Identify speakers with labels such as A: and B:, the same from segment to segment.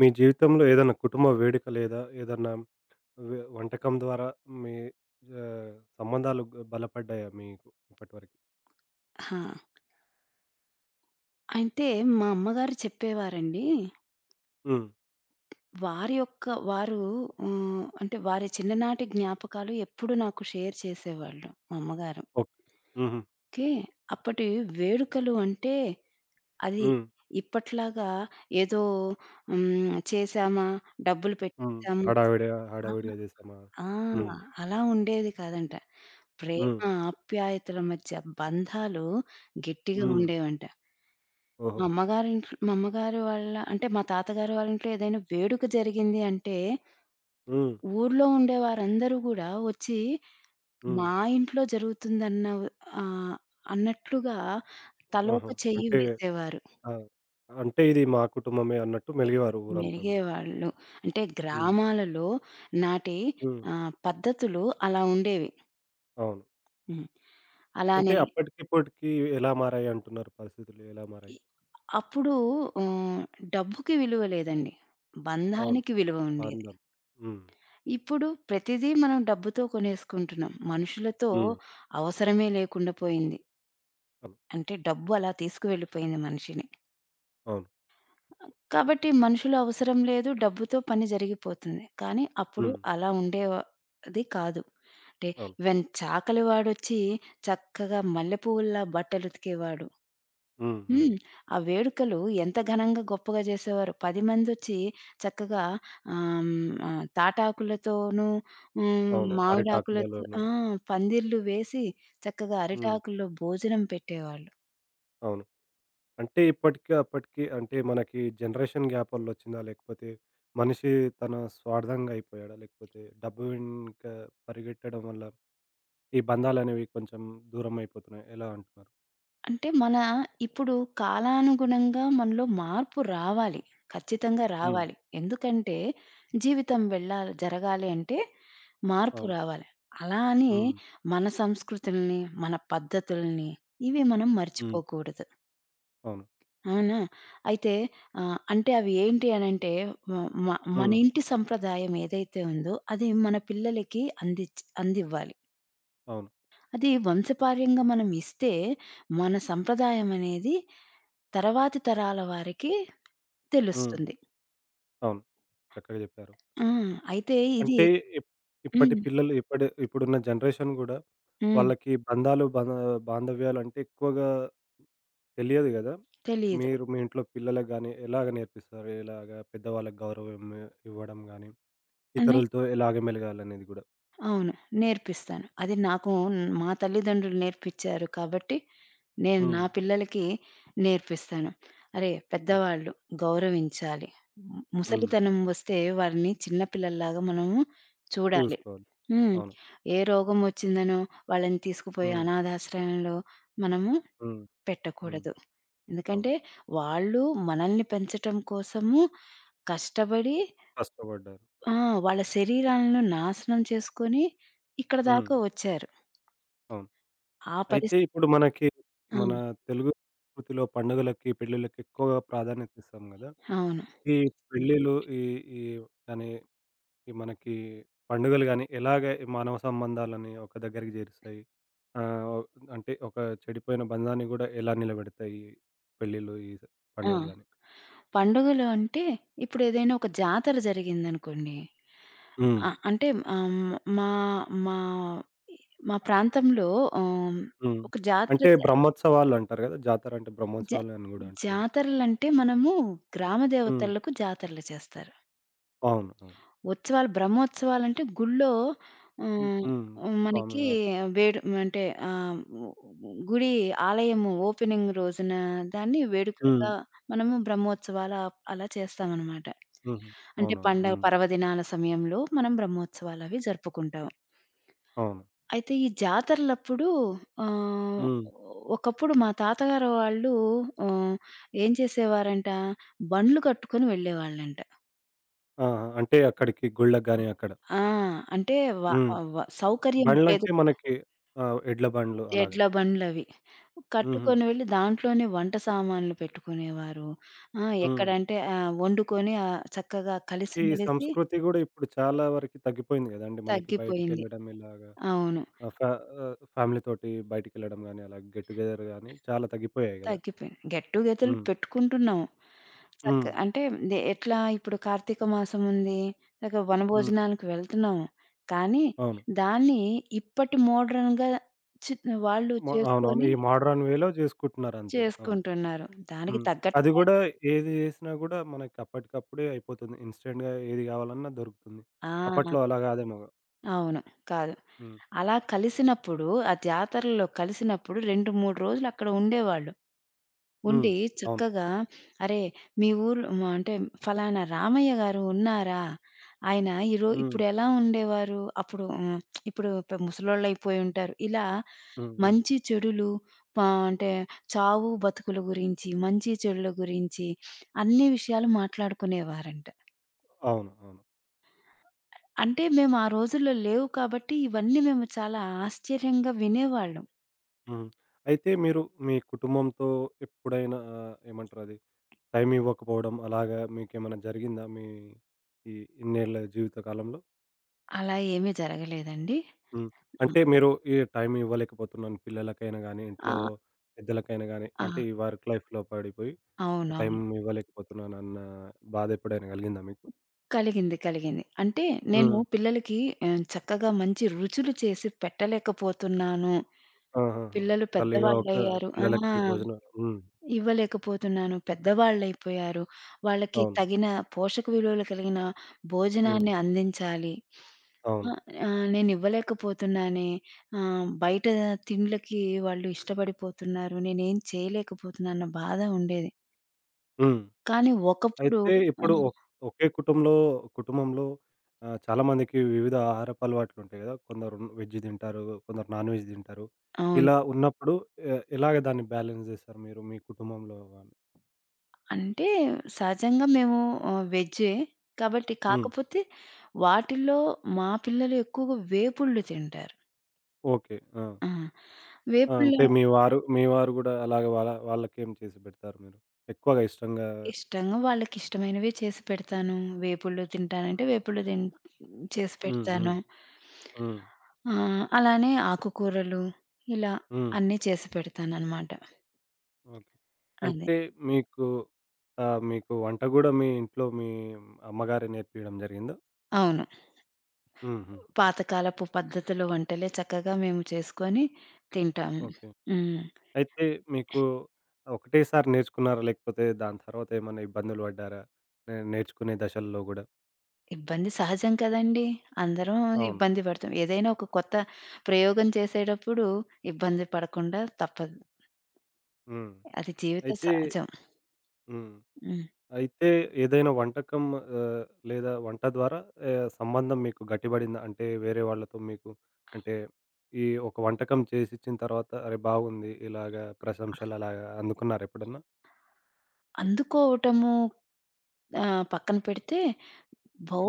A: మీ జీవితంలో ఏదన్నా కుటుంబ వేడుక లేదా ఏదన్నా వంటకం ద్వారా మీ ఆహ్, సంబంధాలు బలపడ్డాయా మీకు ఇప్పటివరకు?
B: హా! అంటే మా అమ్మగారు చెప్పేవారండి.
A: హ్మ్.
B: వారి యొక్క వారు హ్మ్, అంటే వారి చిన్ననాటి జ్ఞాపకాలు ఎప్పుడు నాకు షేర్ చేసేవాళ్ళు మా అమ్మగారు.
A: ఓకే. హుహు.
B: ఓకే. అప్పటి వేడుకలు అంటే అది
A: హ్మ్.
B: ఇప్పట్లాగా ఏదో చేశామా, డబ్బులు
A: హ్మ్.
B: పెట్టేసాము.
A: హడావిడిగా
B: ఆ!
A: హడావిడిగా చేసామా?
B: ఆ!
A: హ్మ్.
B: అలా ఉండేది కాదంట. ప్రేమ
A: హ్మ్.
B: ఆప్యాయతల మధ్య బంధాలు గట్టిగా
A: హ్మ్.
B: ఉండేవంట.
A: ఓహో!
B: మా అమ్మగారింట్లో మా అమ్మగారు వాళ్ళ అంటే మా తాతగారు వాళ్ళ ఇంట్లో ఏదైనా వేడుక జరిగింది అంటే,
A: హ్మ్.
B: ఊర్లో ఉండే వారందరూ గూడా వచ్చి
A: హ్మ్.
B: మా ఇంట్లో జరుగుతుందన్న ఆహ్, అన్నట్లుగా తలోక
A: ఆహా!
B: చెయ్యి
A: అంటే
B: వేసేవారు.
A: ఆ! అంటే ఇది మా కుటుంబమే అన్నట్టు మెలిగేవారు ఊరంతా గూడా.
B: మెరిగేవాళ్ళు. అంటే
A: హ్మ్.
B: గ్రామాలలో నాటి
A: హ్మ్.
B: పద్ధతులు అలా ఉండేవి.
A: అవును.
B: హ్మ్.
A: అంటే
B: అలానే
A: అప్పటికిప్పటికి ఎలా మారాయి అంటున్నారు పరిస్థితులు ఎలా
B: ఇ
A: మారాయి?
B: అప్పుడు ఆహ్, డబ్బుకి విలువ లేదండి.
A: అవును.
B: బంధానికి విలువ ఉండేది.
A: పందాలు. హ్మ్.
B: ఇప్పుడు ప్రతిదీ మనం డబ్బుతో కొనేసుకుంటున్నాం. మనుషులతో
A: హ్మ్.
B: అవసరమే లేకుండా పోయింది.
A: అవును.
B: అంటే డబ్బు అలా తీసుకువెళ్ళిపోయింది మనిషిని.
A: అవును.
B: కాబట్టి మనుషుల అవసరం లేదు. డబ్బుతో పని జరిగిపోతుంది. కానీ అప్పుడు
A: హ్మ్.
B: అలా ఉండేది కాదు. అంటే
A: అవును.
B: ఈవెన్ చాకలి వాడొచ్చి చక్కగా మల్లె పువ్వుల్లా బట్టలుతికేవాడు.
A: హ్మ్. హ్మ్.
B: హ్మ్. ఆ వేడుకలు ఎంత ఘనంగా, గొప్పగా జేసేవారో. 10 మందొచ్చి చక్కగా తాటాకులతోనూ,
A: అవును.
B: మామిడాకులతో,
A: అరిటాకులలోను.
B: ఆ! పందిర్లు వేసి చక్కగా
A: హ్మ్.
B: అరిటాకుల్లో భోజనం పెట్టేవాళ్ళు.
A: అవును. అంటే ఇప్పటికి అప్పటికి అంటే మనకి జనరేషన్ గ్యాప్ వల్లొచ్చిందా? లేకపోతే మనిషి తన స్వార్థంగా అయిపోయాడా? లేకపోతే డబ్బు వెనుక పరిగెట్టడం వల్ల ఈ బంధాలనేవి కొంచెం దూరమైపోతున్నాయి. ఎలా అంటున్నారు?
B: అంటే మన ఇప్పుడు కాలానుగుణంగా మనలో మార్పు రావాలి. ఖచ్చితంగా
A: హ్మ్.
B: రావాలి. ఎందుకంటే జీవితం వెళ్ళాలి జరగాలి అంటే మార్పు
A: అవును.
B: రావాలి. అలా అని
A: హ్మ్.
B: మన సంస్కృతుల్ని, మన పద్ధతుల్ని ఇవి మనం
A: హ్మ్.
B: మర్చిపోకూడదు.
A: అవును.
B: అవునా? అయితే అంటే అవి ఏంటి అనంటే మ మ మన
A: హ్మ్.
B: ఇంటి సంప్రదాయం ఏదైతే ఉందో అది మన పిల్లలకి అందివ్వాలి.
A: అవును.
B: అది వంశపార్యంగా మనం ఇస్తే మన సంప్రదాయం అనేది తర్వాతి తరాల వారికి
A: హ్మ్.
B: తెలుస్తుంది.
A: అవును. చక్కగా చెప్పారు.
B: ఆ! అయితే ఇది.
A: అంటే ఇప్ ఇప్పటి
B: హ్మ్.
A: పిల్లలు ఇప్పటి ఇప్పుడున్న జనరేషన్ గూడా
B: హ్మ్.
A: వాళ్ళకి బంధాలు, బాంధవ్యాలంటే ఎక్కువగా తెలియదు గదా!
B: తెలీదు.
A: మీరు మీ ఇంట్లో పిల్లలకి గాని ఎలాగ నేర్పిస్తారు? ఇలాగ పెద్దవాళ్ళకి గౌరవం ఇవ్వడం గాని,
B: అనే
A: ఇతరులతో ఎలాగ మెలగాలనేది గూడా.
B: అవును. నేర్పిస్తాను. అది నాకు మా తల్లిదండ్రులు నేర్పిచ్చారు కాబట్టి, నేను నా
A: హ్మ్.
B: పిల్లలకి నేర్పిస్తాను. అరే!
A: ఓకే.
B: పెద్దవాళ్ళు గౌరవించాలి.
A: హ్మ్.
B: ముసలితనం వస్తే వారిని చిన్న పిల్లల్లాగా మనము చూడాలి.
A: చూసుకోవాలి.
B: హ్మ్.
A: అవును.
B: ఏ రోగం వచ్చిందనో వాళ్ళని తీసుకుపోయి
A: హ్మ్.
B: అనాథాశ్రయంలో మనము
A: హ్మ్. హ్మ్.
B: పెట్టకూడదు.
A: అవును.
B: ఎందుకంటే, వాళ్ళు మనల్ని పెంచటం కోసము కష్టపడి,
A: కష్టపడ్డారు.
B: ఆ! వాళ్ళ శరీరాలను నాశనం చేసుకొని ఇక్కడ
A: హ్మ్.
B: దాకా వచ్చారు.
A: అవును.
B: ఆ పరిస్
A: అయితే ఇప్పుడు మనకి
B: ఆ!
A: మన తెలుగు సంస్కృతిలో పండుగలకి, పెళ్ళిళ్ళకి ఎక్కువగా ప్రాధాన్యత ఇస్తాం గదా!
B: అవును.
A: ఈ పెళ్ళిలు ఈ ఈ దాని ఈ మనకి పండుగలు గాని, ఎలాగ మానవ సంబంధాలని ఒక దగ్గరికి జేరుస్తాయి? ఆహ్, ఒ అంటే ఒక చెడిపోయిన బంధాన్ని గూడా ఎలా నిలబెడతాయి? పెళ్ళిళ్ళు, ఈ స
B: ఆ!
A: పండుగలు గాని?
B: పండుగలు అంటే ఇప్పుడు ఏదైనా ఒక జాతర జరిగిందనుకోండి.
A: హ్మ్.
B: ఆ! అంటే ఆహ్, హ్మ్, మా మా మా ప్రాంతంలో ఆహ్,
A: హ్మ్.
B: ఒక జాతర
A: అంటే
B: జ
A: బ్రహ్మోత్సవాలంటారు గదా! జాతర అంటే
B: జ
A: బ్రహ్మోత్సవాలు అని గూడా అంటారు.
B: జాతరలంటే మనము గ్రామ
A: హ్మ్.
B: దేవతలకు జాతరలు చేస్తారు.
A: అవును. అవును.
B: ఉత్సవాలు బ్రహ్మోత్సవాలంటే గుళ్ళో.
A: హ్మ్.
B: హ్మ్.
A: హ్మ్.
B: హ్మ్. మనకి
A: స్వామివారు.
B: వేడు అంటే ఆహ్, గుడి ఆలయము ఓపెనింగ్ రోజున దాన్ని
A: హ్మ్.
B: వేడుకలుగా మనము బ్రహ్మోత్సవాలు అలా చేస్తామనమాట.
A: హుహు.
B: అంటే
A: అవును.
B: పండగ
A: హ్మ్.
B: పర్వదినాల సమయంలో మనం బ్రహ్మోత్సవాలవి జరుపుకుంటాం.
A: అవును.
B: అయితే ఈ జాతరలప్పుడు ఆహ్,
A: హ్మ్.
B: ఒకప్పుడు మా తాతగారు వాళ్ళు ఆహ్, ఏం చేసేవారంట, బండ్లు కట్టుకొని వెళ్ళేవాళ్ళంట.
A: ఆహా! అంటే అక్కడికి గుళ్ళకి గాని అక్కడ.
B: ఆ! అంటే వ
A: హ్మ్.
B: వ సౌకర్యం లేదు.
A: బండ్లంటే మనకి ఎడ్ల బండ్లు అలాగా.
B: ఎడ్ల బండ్లవి
A: హుహు.
B: కట్టుకొని వెళ్లి దాంట్లోనే వంట సామాన్లు పెట్టుకునేవారు. ఆ!
A: హ్మ్.
B: ఎక్కడంటే వండుకొని చక్కగా
A: ఈ
B: కలిసిమెలిసి.
A: సంస్కృతి గూడా ఇప్పుడు చాలా వరకి తగ్గిపోయింది గదండీ! మనకి
B: తగ్గిపోయింది.
A: బయటికెళ్ళడం ఇలాగా
B: అవును.
A: ఆహ్, ఫ ఫ్యామిలీతోటి బయటికెళ్ళడం గానీ, అలా గెట్ టుగెదర్ గానీ చాలా తగ్గిపోయాయి గదా!
B: తగ్గిపోయింది. గెట్ టు గెదర్‌లు
A: హ్మ్.
B: పెట్టుకుంటున్నాం.
A: హ్మ్.
B: అంటే ఎట్లా ఇప్పుడు కార్తీక మాసం ఉంది. చక్కగా
A: హ్మ్.
B: వనభోజనాలకు వెళ్తున్నాము. కానీ
A: అవును.
B: దాన్ని ఇప్పటి మోడ్రన్‌గా చి వాళ్ళు
A: మ అవునవును.
B: చేసుకొని
A: ఈ మోడ్రన్ వేలో జేసుకుంటున్నారంతే. అవును.
B: చేసుకుంటున్నారు. దానికి
A: హ్మ్. అది
B: తగ్గట్టుగా.
A: గూడా ఏది జేసినా గూడా మనకి అప్పటికప్పుడే అయిపోతుంది. ఇన్‌స్టెంట్‌గా ఏది గావాలన్నా దొరుకుతుంది.
B: ఆ!
A: అప్పట్లో అలా గాదేమో.
B: అవును. కాదు.
A: హ్మ్.
B: అలా కలిసినప్పుడు, ఆ జాతరలో కలిసినప్పుడు 2, 3 రోజులు అక్కడ ఉండేవాళ్ళు. ఉండి
A: హ్మ్. అవును.
B: చక్కగా, "అరే! మీ ఊర్లో" అంటే, "ఫలానా రామయ్య గారు ఉన్నారా? ఆయన ఈరో
A: హ్మ్.
B: ఇప్పుడెలా ఉండేవారు? అప్పుడు ఇప్పుడు ముసలోళ్ళైపోయి ఉంటారు." ఇలా
A: హ్మ్. హ్మ్.
B: మంచి చెడులు, అంటే చావు, బతుకుల గురించి, మంచి చెడుల గురించి అన్ని విషయాలు మాట్లాడుకునేవారంట.
A: అవును. అవును.
B: అంటే మేము ఆ రోజుల్లో లేవు కాబట్టి ఇవన్నీ మేము చాలా ఆశ్చర్యంగా వినేవాళ్ళం.
A: హ్మ్. అయితే మీరు మీ కుటుంబంతో ఎప్పుడైనా ఏమంటారది టైం ఇవ్వకపోవడం అలాగా మీకేమైనా జరిగిందా? మీ ఈ ఇన్నేళ్ల జీవిత కాలంలో?
B: అలా ఏమీ జరగలేదండి.
A: హ్మ్.
B: హ్మ్.
A: అంటే మీరు ఈ టైం ఇవ్వలేకపోతున్నాను పిల్లలకైనా గానీ, ఇంట్లో
B: ఆ!
A: పెద్దలకైనా గానీ,
B: ఆ!
A: అంటే ఈ వర్క్ లైఫ్‌లో పడిపోయి టైం
B: అవునవును.
A: ఇవ్వలేకపోతున్నానన్న బాధ ఎప్పుడైనా కలిగిందా మీకు?
B: కలిగింది. కలిగింది. అంటే నేను
A: హ్మ్.
B: పిల్లలకి చక్కగా మంచి రుచులు చేసి పెట్టలేకపోతున్నాను.
A: ఆహాహా!
B: పిల్లలు
A: తల్లిగా ఒక
B: పెద్దవాళ్ళయ్యారు. ఆ!
A: పిల్లలకి భోజనం హ్మ్.
B: ఇవ్వలేకపోతున్నాను. పెద్దవాళ్ళైపోయారు. వాళ్ళకి
A: అవును.
B: తగిన పోషక విలువలు కలిగిన
A: హ్మ్.
B: భోజనాన్ని అందించాలి. ఆ!
A: అవును.
B: నేనివ్వలేకపోతున్నానే. బయట తిండ్లకి వాళ్ళు ఇష్టపడిపోతున్నారు. నేనేం చేయలేకపోతున్నాను అన్న బాధ ఉండేది.
A: హ్మ్.
B: కానీ ఒకప్పుడు.
A: అయితే ఇప్పుడు
B: ఆహ్,
A: ఒకే కుటుంబంలో చాలామందికి వివిధ ఆహారపు అలవాట్లుంటాయి గదా! కొందరు వెజ్ తింటారు, కొందరు నాన్ వెజ్ తింటారు.
B: అవును.
A: ఇలా ఉన్నప్పుడు ఎలాగ దాన్ని బ్యాలెన్స్ జేస్తారు మీరు మీ కుటుంబంలో గాని?
B: అంటే సహజంగా మేము వెజ్జే. కాబట్టి
A: హ్మ్.
B: కాకపోతే వాటిల్లో మా పిల్లలు ఎక్కువగా వేపుళ్ళు తింటారు.
A: ఓకే. ఆ!
B: ఆ!
A: ఆ!
B: వేపుళ్ళు
A: అంటే మీ వారు గూడా అలాగే వాళ్ళ వాళ్ళకేం చేసి పెడతారు మీరు? ఎక్కువగా ఇష్టంగా
B: ఇష్టంగా వాళ్ళకిష్టమైనవే చేసి పెడతాను. వేపుళ్ళు తింటానంటే వేపుళ్ళు తిన్ చేసి
A: హ్మ్. హ్మ్.
B: పెడతాను.
A: హ్మ్.
B: ఆ! అలానే ఆకుకూరలు ఇలా
A: హ్మ్.
B: అన్నీ చేసి పెడతాననమాట.
A: ఓకే.
B: అదే.
A: అంటే మీకు మీకు వంట గూడా మీ ఇంట్లో మీ అమ్మగారే నేర్పియడం జరిగిందా?
B: అవును.
A: హుహు.
B: పాతకాలపు పద్ధతిలో వంటలే చక్కగా మేము చేసుకొని తింటాము.
A: ఓకే.
B: హ్మ్.
A: అయితే మీకు ఒకటేసారి నేర్చుకున్నారా? లేకపోతే దాని తర్వాత ఏమన్నా ఇబ్బందులు పడ్డారా? నేర్చుకునే దశల్లో గూడా?
B: ఇబ్బంది సహజం కదండీ! అందరం
A: అవును.
B: ఇబ్బంది పడతాం. ఏదైనా ఒక కొత్త ప్రయోగం చేసేటప్పుడు ఇబ్బంది పడకుండా తప్పదు.
A: హ్మ్.
B: అది జీవిత
A: అయితే
B: సహజం.
A: హ్మ్.
B: హ్మ్.
A: అయితే ఏదైనా వంటకం ఆహ్, లేదా వంట ద్వారా సంబంధం మీకు గట్టిబడిందా? అంటే వేరే వాళ్ళతో మీకు అంటే ఈ ఒక వంటకం చేసిచ్చిన తర్వాత అరే! బాగుంది ఇలాగా ప్రశంసలు అలాగా అందుకున్నారా ఎప్పుడన్నా?
B: అందుకోవటము, ఆ! పక్కన పెడితే,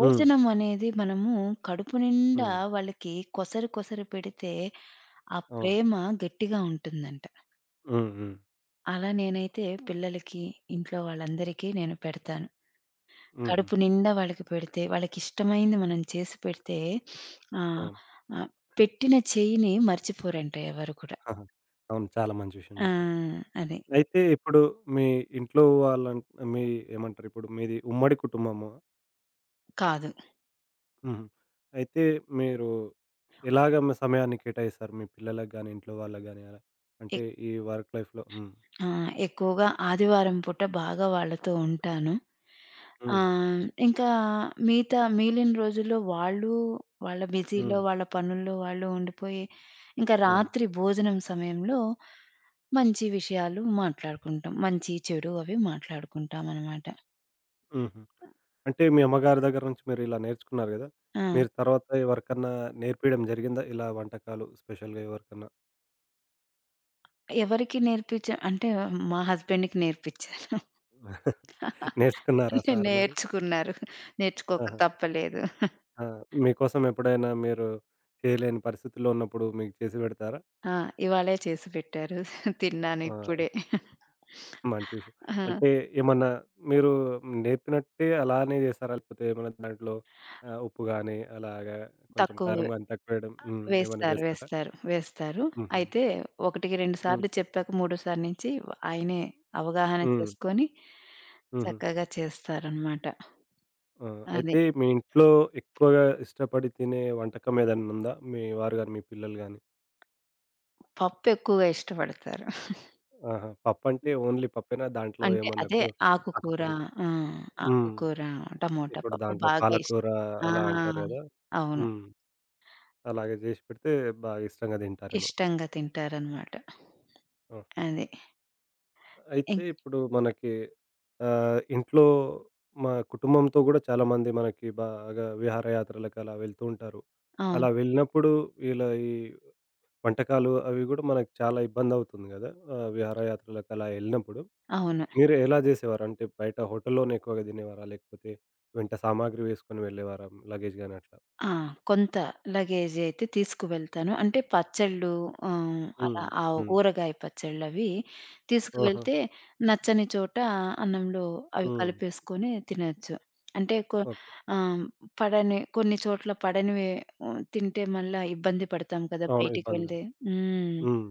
A: హ్మ్.
B: అనేది మనము కడుపు నిండా
A: హ్మ్.
B: వాళ్ళకి కొసరు కొసరు పెడితే, ఆ
A: అవును.
B: ప్రేమ గట్టిగా ఉంటుందంట.
A: హ్మ్. హ్మ్.
B: అలా నేనైతే పిల్లలకి, ఇంట్లో వాళ్ళందరికీ నేను పెడతాను.
A: హుహు.
B: కడుపు నిండా వాళ్ళకి పెడితే, వాళ్ళకిష్టమైంది మనం చేసి పెడితే ఆహ్,
A: అవును.
B: ఆహ్, పెట్టిన చెయ్యిని మర్చిపోరంట ఎవరు కూడా.
A: ఆహా! అవును. చాలా మంచి విషయం
B: ఆ!
A: జెప్పారు.
B: అది.
A: అయితే ఇప్పుడు మీ ఇంట్లో వాళ్ళన్ మీ ఏమంటారు ఇప్పుడు మీది ఉమ్మడి కుటుంబము.
B: కాదు.
A: హుహు. అయితే మీరు ఎలాగ మీ సమయాన్ని కేటాయిస్తారు? మీ పిల్లలకి గాని, ఇంట్లో వాళ్ళకి గాని అలా? అంటే
B: ఎక్
A: ఈ వర్క్ లైఫ్‌లో హ్మ్.
B: ఆ! ఎక్కువగా ఆదివారం పూట బాగా వాళ్ళతో ఉంటాను. ఆ!
A: హ్మ్.
B: ఇంకా మిగిలిన రోజుల్లో వాళ్ళు వాళ్ళ బిజీలో,
A: హ్మ్.
B: వాళ్ళ పనుల్లో వాళ్ళు ఉండిపోయి, ఇంకా
A: అవును.
B: రాత్రి భోజనం సమయంలో మంచి విషయాలు మాట్లాడుకుంటాం. మంచి, చెడు అవి మాట్లాడుకుంటామనమాట.
A: హుహు. అంటే మీ అమ్మగారి దగ్గర నుంచి మీరు ఇలా నేర్చుకున్నారు గదా!
B: ఆ!
A: మీరు తర్వాత ఎవరికన్నా నేర్పియడం జరిగిందా? ఇలా వంటకాలు స్పెషల్‌గా ఎవరికన్నా?
B: ఎవరికి నేర్పించా అంటే మా హస్బెండ్‌కి నేర్పించాను.
A: నేర్చుకున్నారా
B: అంటే
A: సార్ మరి?
B: నేర్చుకున్నారు. నేర్చుకోక
A: ఆహా!
B: తప్పలేదు.
A: ఆ! మీకోసం ఎప్పుడైనా మీరు చేయలేని పరిస్థితుల్లో ఉన్నప్పుడు మీకు చేసి పెడతారా?
B: ఆ! ఇవాళే చేసి పెట్టారు. తిన్నాను
A: ఆ!
B: ఇప్పుడే.
A: మంచి విషయం.
B: ఆ!
A: అంటే ఏమన్నా మీరు నేర్పినట్టే అలానే చేసారా? లేకపోతే ఏమన్నా దాంట్లో ఉప్పు గాని, అలాగా కొంచెం
B: తక్కువ
A: కారం గాని తక్కువ వేయడం హ్మ్. ఏమన్నా
B: వేస్తారు.
A: చేస్తారా?
B: వేస్తారు. వేస్తారు.
A: హుహు.
B: అయితే 1కి 2
A: హ్మ్.
B: సార్లు చెప్పాక మూడోసారి నుంచి ఆయనే అవగాహన
A: హ్మ్.
B: చేసుకొని
A: హుహు.
B: చక్కగా చేస్తారనమాట.
A: ఆ!
B: అది.
A: అయితే మీ ఇంట్లో ఎక్కువగా ఇష్టపడి తినే వంటకం ఏదన్నా ఉందా? మీ వారు గాని, మీ పిల్లలు గాని?
B: పప్పు ఎక్కువగా ఇష్టపడతారు.
A: ఆహా! పప్పంటే ఓన్లీ పప్పేనా? దాంట్లో
B: అంటే
A: ఏమన్నా
B: అదే ఆకుకూర.
A: ఆకుకూరలు
B: ఆ!
A: హ్మ్.
B: ఆకుకూర, టమోటా
A: ఇప్పుడు
B: పప్పు
A: దాంట్లో
B: బాగా ఇష్టం.
A: పాలకూర
B: ఆ!
A: అలా అంటారు గదా!
B: అవును.
A: హ్మ్. అలాగే చేసి పెడితే బాగా ఇష్టంగా తింటారేమో.
B: ఇష్టంగా తింటారనమాట.
A: ఆహా!
B: అది. ఇం
A: అయితే ఇప్పుడు మనకి ఇంట్లో మా కుటుంబంతో గూడా చాలామంది మనకి బాగా విహారయాత్రలకు అలా వెళ్తూ ఉంటారు.
B: అవును.
A: అలా వెళ్ళినప్పుడు ఇలా ఈ వంటకాలు అవి గూడా మనకు చాలా ఇబ్బందవుతుంది గదా! విహారయాత్రలకు అలా ఎళ్ళినప్పుడు
B: అవును.
A: మీరు ఎలా జేసేవారు? అంటే బయట హోటల్‌లోనే ఎక్కువగా తినేవారా? లేకపోతే వెంట సామాగ్రి వేసుకొని వెళ్ళేవారా? లగేజ్ గాని అట్లా?
B: ఆ! కొంత లగేజ్ అయితే తీసుకువెళ్తాను. అంటే పచ్చళ్ళు, అలా
A: హ్మ్.
B: ఆ
A: హ్మ్.
B: ఊరగాయ పచ్చళ్ళవి
A: ఆహా!
B: తీసుకువెళ్తే నచ్చని చోట అన్నంలో అవి
A: హ్మ్.
B: కలిపేసుకొని తినొచ్చు. అంటే
A: ఓకే.
B: ఆహ్, పడని కొన్ని చోట్ల పడనివి తింటే మళ్ళా ఇబ్బంది పడతాం కదా!
A: అవును.
B: బయటికి
A: ఇబ్బందులు.
B: వెళ్తే. హ్మ్.
A: హ్మ్.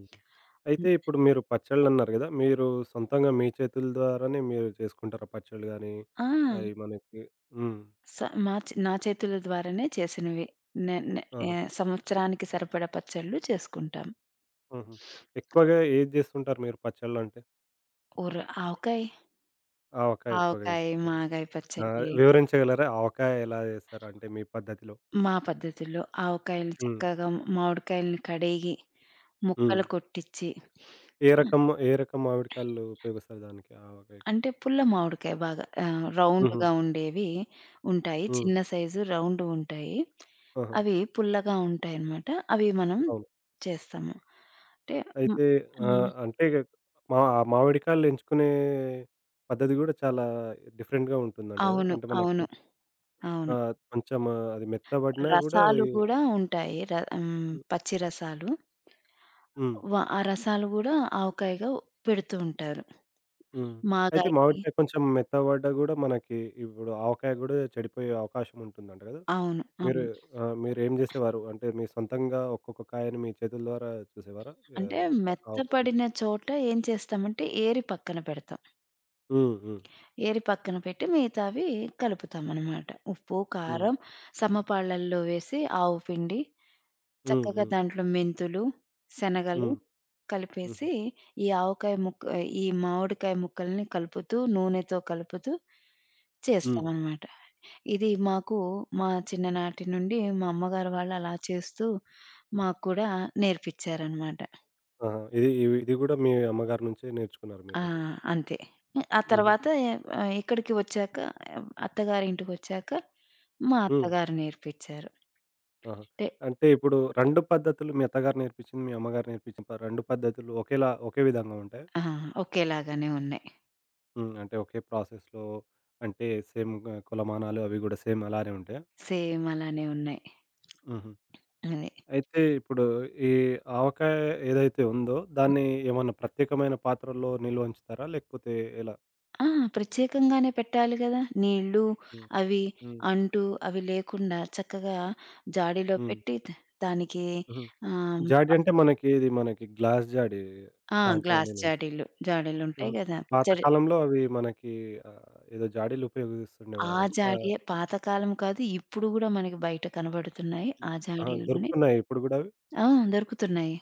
A: అయితే ఇప్పుడు మీరు పచ్చళ్ళన్నారు గదా! మీరు సొంతంగా మీ చేతుల ద్వారానే మీరు చేసుకుంటారా పచ్చళ్ళు గానీ,
B: ఆ!
A: అయి మనకి హ్మ్.
B: స మా చే నా చేతుల ద్వారానే చేసినవి. నె నె
A: ఆహా!
B: ఆహ్, సంవత్సరానికి సరిపడా పచ్చళ్ళు చేసుకుంటాం.
A: హుహు. ఎక్కువగా ఏది జేస్తుంటారు మీరు పచ్చళ్ళంటే?
B: ఊర ఆవకాయ.
A: ఆవకాయ ఎక్కువగా
B: ఆవకాయ,
A: జేస్తుంటారు.
B: మాగాయ
A: ఆ!
B: పచ్చడి.
A: వివరించగలరా? ఆవకాయ ఎలా జేస్తారు? అంటే మీ పద్ధతిలో?
B: మా పద్ధతుల్లో ఆవకాయలు
A: హ్మ్.
B: చక్కగా మామిడికాయలని కడిగి,
A: హ్మ్.
B: ముక్కలు కొట్టిచ్చి.
A: ఏ
B: హ్మ్.
A: రకం ఏ రకం మామిడికాయలు ఉపయోగిస్తారు దానికి ఆవకాయకి?
B: అంటే పుల్ల మామిడికాయ బాగా
A: హుహు.
B: రౌండ్‌గా ఉండేవి ఉంటాయి.
A: హ్మ్.
B: చిన్న సైజు రౌండుగుంటాయి.
A: ఆహా!
B: అవి పుల్లగా ఉంటాయన్నమాట. అవి మనం
A: అవును.
B: చేస్తాము. అంటే హ్మ్.
A: అయితే
B: హ్మ్.
A: అంటే మా ఆ మామిడికాయలు ఎంచుకునే పద్ధతి గూడా చాలా డిఫరెంట్‌గా ఉంటుందంట గదా!
B: అవును.
A: అంటే మనకి
B: అవును. అవును.
A: కొంచెం అది మెత్తబడినా గూడా
B: రసాలు
A: అది
B: గూడా ఉంటాయి. ర హ్మ్. పచ్చి రసాలు.
A: హ్మ్.
B: ఆ రసాలు గూడా ఆవకాయగా పెడుతూ ఉంటారు.
A: హ్మ్. అయితే
B: మాగాయకి.
A: మామిడికాయ కొంచెం మెత్తబడ్డా గూడా మనకి ఇప్పుడు ఆవకాయ గూడా చెడిపోయే అవకాశం ఉంటుందంట గదా!
B: అవును.
A: మీరు
B: అవును.
A: మీరేం జేసేవారు? అంటే మీ సొంతంగా ఒక్కొక్క కాయని మీ చేతుల ద్వారా చూసేవారా?
B: అంటే
A: ఆహ్, ఆవకాయ చూసి.
B: మెత్తపడిన చోట ఏం చేస్తామంటే ఏరి పక్కన పెడతాం.
A: హ్మ్. హ్మ్.
B: ఏరి పక్కన పెట్టి మిగతావి కలుపుతామనమాట. ఉప్పు,
A: హ్మ్.
B: కారం సమపాళ్ళల్లో వేసి ఆవు పిండి
A: హ్మ్.
B: చక్కగా
A: హ్మ్.
B: దాంట్లో మెంతులు, శనగలు
A: హ్మ్. హుహు.
B: కలిపేసి, ఈ ఆవకాయ ముక్క ఈ మామిడికాయ ముక్కల్ని కలుపుతూ నూనెతో కలుపుతూ
A: హ్మ్.
B: చేస్తామనమాట. ఇది మాకు మా చిన్ననాటి నుండి మా అమ్మగారు వాళ్ళు అలా చేస్తూ మాకు కూడా నేర్పిచ్చారనమాట.
A: ఆహా! ఇది ఇవి ఇది గూడా మీ అమ్మగారి నుంచే నేర్చుకున్నారు
B: ఆ!
A: మీరైతే.
B: అంతే. ఆ
A: హుహు.
B: తర్వాత ఇక్కడికి వచ్చాక, అత్తగారింటికొచ్చాక మా
A: హ్మ్.
B: అత్తగారు నేర్పిచ్చారు.
A: ఆహా!
B: అంటే.
A: అంటే ఇప్పుడు 2 పద్ధతులు మీ అత్తగారు నేర్పించింది, మీ అమ్మగారు నేర్పించిన 2 పద్ధతులు ఒకేలా ఒకే విధంగా ఉంటాయా?
B: ఆ! ఒకేలాగానే ఉన్నాయి.
A: హ్మ్. అంటే ఒకే ప్రాసెస్‌లో అంటే సేమ్ కొలమానాలు అవి గూడా సేమ్ అలానే ఉంటాయా?
B: సేమ్ అలానే ఉన్నాయి.
A: హుహు.
B: అది.
A: అయితే ఇప్పుడు ఈ ఆవకాయ ఏదైతే ఉందో దాన్ని ఏమన్నా ప్రత్యేకమైన పాత్రలో నిల్వ ఉంచుతారా? లేకపోతే ఎలా?
B: ఆ! ప్రత్యేకంగానే పెట్టాలి గదా! నీళ్ళు
A: హ్మ్.
B: అవి
A: హ్మ్.
B: అంటూ అవి లేకుండా చక్కగా జాడీలో
A: హ్మ్.
B: పెట్టి, దానికి.
A: హుహు.
B: ఆహ్,
A: జాడీ అంటే మనకి ఇది మనకి గ్లాస్ జాడీ
B: ఆ!
A: దాంట్లో
B: గ్లాస్
A: నిల్వ ఉంచుతారా?
B: జాడీలు. జాడీలుంటాయి
A: హ్మ్.
B: గదా! పచ్చడి.
A: పాతకాలంలో అవి మనకి ఏదో జాడీలు
B: ఆ
A: ఉపయోగిస్తుండేవారు. ఆహ్,
B: జాడీయే పాతకాలం కాదు. ఇప్పుడు గూడా మనకి బయట కనబడుతున్నాయి. ఆ
A: ఆ!
B: జాడీలోనే.
A: దొరుకుతున్నాయా ఇప్పుడు గూడా అవి?
B: ఆ! దొరుకుతున్నాయి.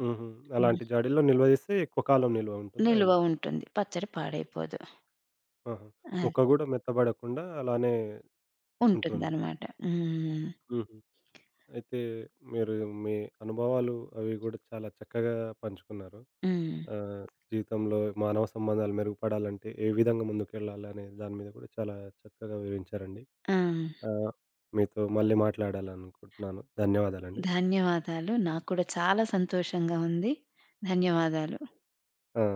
A: హుహు.
B: హ్మ్.
A: అలాంటి జాడీల్లో నిల్వ చేస్తే ఎక్కువ కాలం నిల్వ ఉంటుందా
B: నిలువ
A: ఎలా?
B: ఉంటుంది. పచ్చడి పాడైపోదు.
A: ఆహా!
B: అది
A: ముక్క గూడా మెత్తబడకుండా అలానే ఉంటుంది.
B: ఉంటుందనమాట. హ్మ్.
A: హుహు. అయితే మీరు మీ అనుభవాలు అవి గూడా చాలా చక్కగా పంచుకున్నారు.
B: హ్మ్.
A: ఆహ్, జీవితంలో మానవ సంబంధాలు మెరుగుపడాలంటే ఏ విధంగా ముందుకెళ్ళాలనే దాని మీద కూడా చాలా చక్కగా వివరించారండి.
B: ఆ!
A: ఆహ్, మీతో మళ్ళీ మాట్లాడాలనుకుంటున్నాను. ధన్యవాదాలండి.
B: ధన్యవాదాలు. నాకు కూడా చాలా సంతోషంగా ఉంది. ధన్యవాదాలు.
A: ఆ!